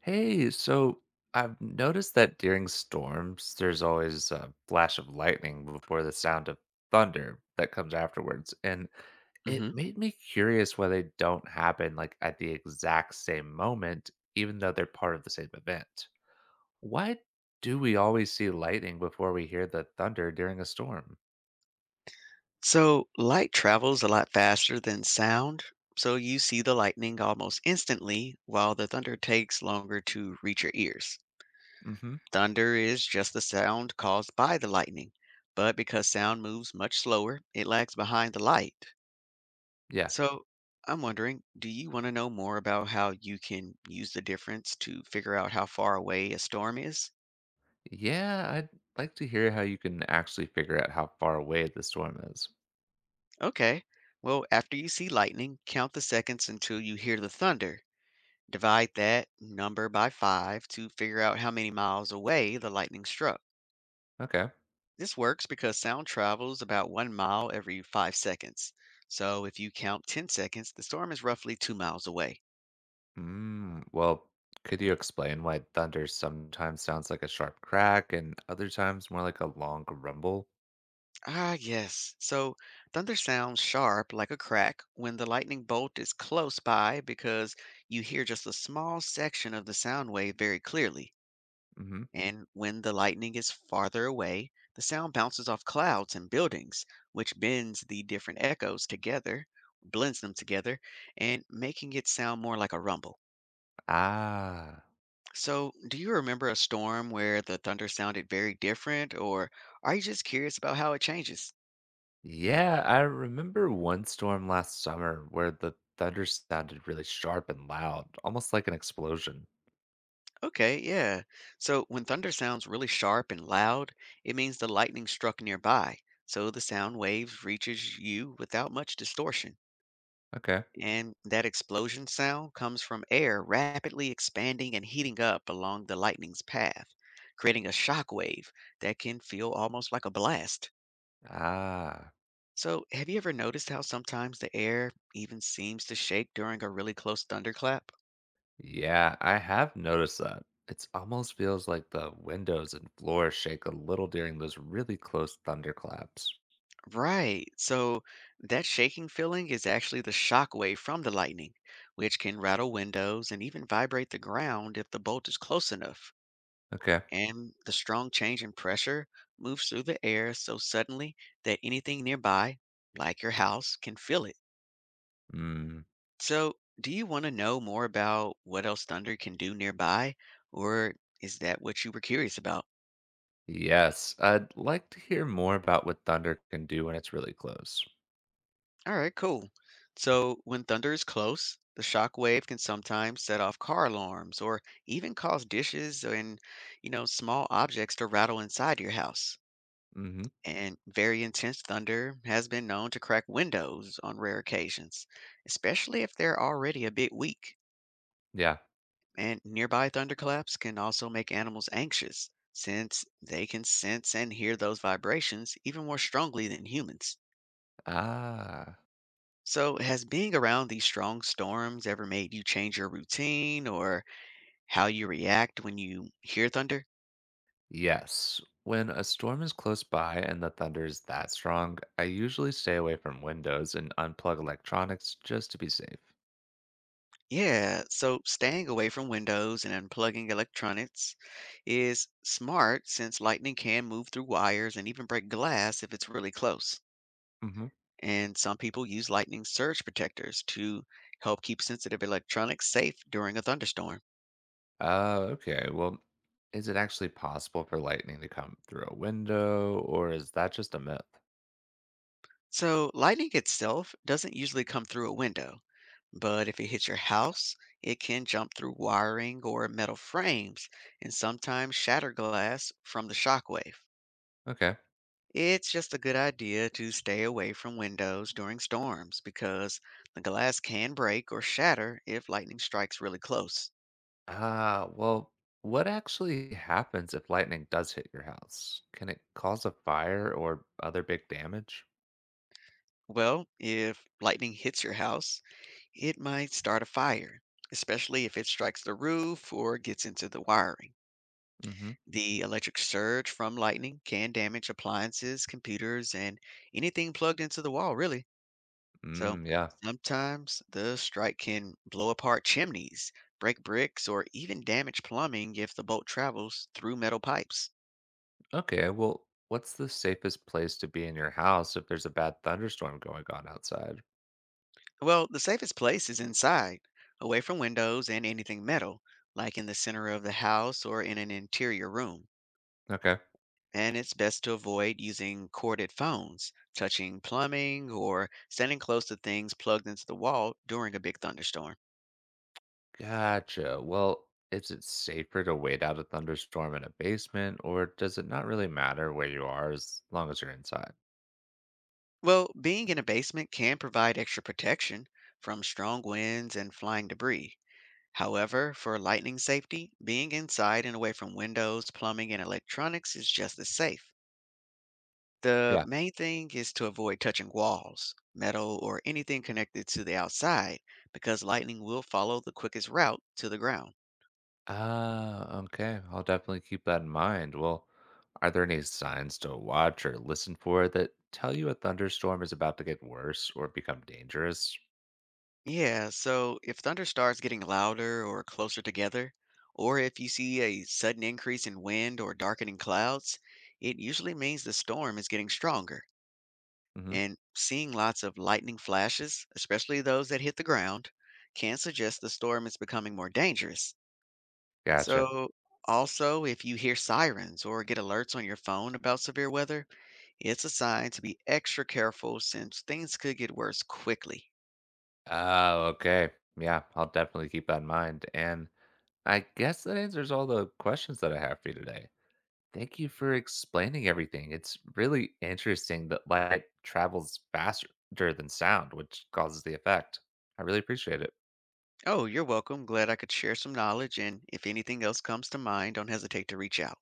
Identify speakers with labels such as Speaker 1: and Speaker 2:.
Speaker 1: Hey, so I've noticed that during storms, there's always a flash of lightning before the sound of thunder that comes afterwards. And it
Speaker 2: hmm
Speaker 1: made me curious why they don't happen at the exact same moment, even though they're part of the same event. Why do we always see lightning before we hear the thunder during a storm?
Speaker 2: So light travels a lot faster than sound, so you see the lightning almost instantly while the thunder takes longer to reach your ears.
Speaker 1: Hmm.
Speaker 2: Thunder is just the sound caused by the lightning, but because sound moves much slower, it lags behind the light.
Speaker 1: Yeah.
Speaker 2: So I'm wondering, do you want to know more about how you can use the difference to figure out how far away a storm is?
Speaker 1: Yeah, I'd like to hear how you can actually figure out how far away the storm is.
Speaker 2: Okay. Well, after you see lightning, count the seconds until you hear the thunder. Divide that number by 5 to figure out how many miles away the lightning struck.
Speaker 1: Okay.
Speaker 2: This works because sound travels about 1 mile every 5 seconds. So if you count 10 seconds, the storm is roughly 2 miles away.
Speaker 1: Well, could you explain why thunder sometimes sounds like a sharp crack and other times more like a long rumble?
Speaker 2: Ah, yes. So thunder sounds sharp like a crack when the lightning bolt is close by because you hear just a small section of the sound wave very clearly.
Speaker 1: Hmm.
Speaker 2: And when the lightning is farther away, the sound bounces off clouds and buildings, which bends the different echoes together, blends them together, and making it sound more like a rumble.
Speaker 1: Ah,
Speaker 2: So, do you remember a storm where the thunder sounded very different, or are you just curious about how it changes?
Speaker 1: yeah, I remember one storm last summer where the thunder sounded really sharp and loud, almost like an explosion.
Speaker 2: Okay, yeah. So, when thunder sounds really sharp and loud, it means the lightning struck nearby, so the sound waves reaches you without much distortion.
Speaker 1: Okay.
Speaker 2: And that explosion sound comes from air rapidly expanding and heating up along the lightning's path, creating a shock wave that can feel almost like a blast.
Speaker 1: Ah,
Speaker 2: So, have you ever noticed how sometimes the air even seems to shake during a really close thunderclap?
Speaker 1: yeah, I have noticed that. It almost feels like the windows and floor shake a little during those really close thunderclaps.
Speaker 2: Right. So, that shaking feeling is actually the shock wave from the lightning, which can rattle windows and even vibrate the ground if the bolt is close enough.
Speaker 1: Okay.
Speaker 2: And the strong change in pressure moves through the air so suddenly that anything nearby, like your house, can feel it. So, do you want to know more about what else thunder can do nearby, or is that what you were curious about?
Speaker 1: Yes, I'd like to hear more about what thunder can do when it's really close.
Speaker 2: All right, cool. So, when thunder is close, the shock wave can sometimes set off car alarms or even cause dishes and, small objects to rattle inside your house.
Speaker 1: Hmm.
Speaker 2: And very intense thunder has been known to crack windows on rare occasions, especially if they're already a bit weak.
Speaker 1: Yeah.
Speaker 2: And nearby thunderclaps can also make animals anxious, since they can sense and hear those vibrations even more strongly than humans.
Speaker 1: Ah,
Speaker 2: So, has being around these strong storms ever made you change your routine or how you react when you hear thunder?
Speaker 1: yes. When a storm is close by and the thunder is that strong, I usually stay away from windows and unplug electronics just to be safe.
Speaker 2: Yeah, so staying away from windows and unplugging electronics is smart since lightning can move through wires and even break glass if it's really close.
Speaker 1: Hmm.
Speaker 2: And some people use lightning surge protectors to help keep sensitive electronics safe during a thunderstorm.
Speaker 1: Oh, okay. Well, is it actually possible for lightning to come through a window, or is that just a myth?
Speaker 2: So, lightning itself doesn't usually come through a window, but if it hits your house, it can jump through wiring or metal frames and sometimes shatter glass from the shockwave.
Speaker 1: Okay.
Speaker 2: It's just a good idea to stay away from windows during storms because the glass can break or shatter if lightning strikes really close.
Speaker 1: Ah, well, what actually happens if lightning does hit your house? Can it cause a fire or other big damage?
Speaker 2: Well, if lightning hits your house, it might start a fire, especially if it strikes the roof or gets into the wiring.
Speaker 1: Mm-hmm.
Speaker 2: The electric surge from lightning can damage appliances, computers, and anything plugged into the wall, really. So
Speaker 1: Yeah.
Speaker 2: sometimes the strike can blow apart chimneys, break bricks, or even damage plumbing if the bolt travels through metal pipes.
Speaker 1: Okay, well, what's the safest place to be in your house if there's a bad thunderstorm going on outside?
Speaker 2: Well, the safest place is inside, away from windows and anything metal, like in the center of the house or in an interior room.
Speaker 1: Okay.
Speaker 2: And it's best to avoid using corded phones, touching plumbing, or standing close to things plugged into the wall during a big thunderstorm.
Speaker 1: Gotcha. Well, is it safer to wait out a thunderstorm in a basement, or does it not really matter where you are as long as you're inside?
Speaker 2: Well, being in a basement can provide extra protection from strong winds and flying debris. However, for lightning safety, being inside and away from windows, plumbing, and electronics is just as safe. The
Speaker 1: Yeah.
Speaker 2: main thing is to avoid touching walls, metal, or anything connected to the outside because lightning will follow the quickest route to the ground.
Speaker 1: Ah, okay. I'll definitely keep that in mind. Well, are there any signs to watch or listen for that tell you a thunderstorm is about to get worse or become dangerous?
Speaker 2: Yeah, so if thunder starts getting louder or closer together, or if you see a sudden increase in wind or darkening clouds, it usually means the storm is getting stronger.
Speaker 1: Hmm.
Speaker 2: And seeing lots of lightning flashes, especially those that hit the ground, can suggest the storm is becoming more dangerous.
Speaker 1: Gotcha.
Speaker 2: So, also, if you hear sirens or get alerts on your phone about severe weather, it's a sign to be extra careful since things could get worse quickly.
Speaker 1: Oh, okay. Yeah, I'll definitely keep that in mind. And I guess that answers all the questions that I have for you today. Thank you for explaining everything. It's really interesting that light travels faster than sound, which causes the effect. I really appreciate it.
Speaker 2: Oh, you're welcome. Glad I could share some knowledge. And if anything else comes to mind, don't hesitate to reach out.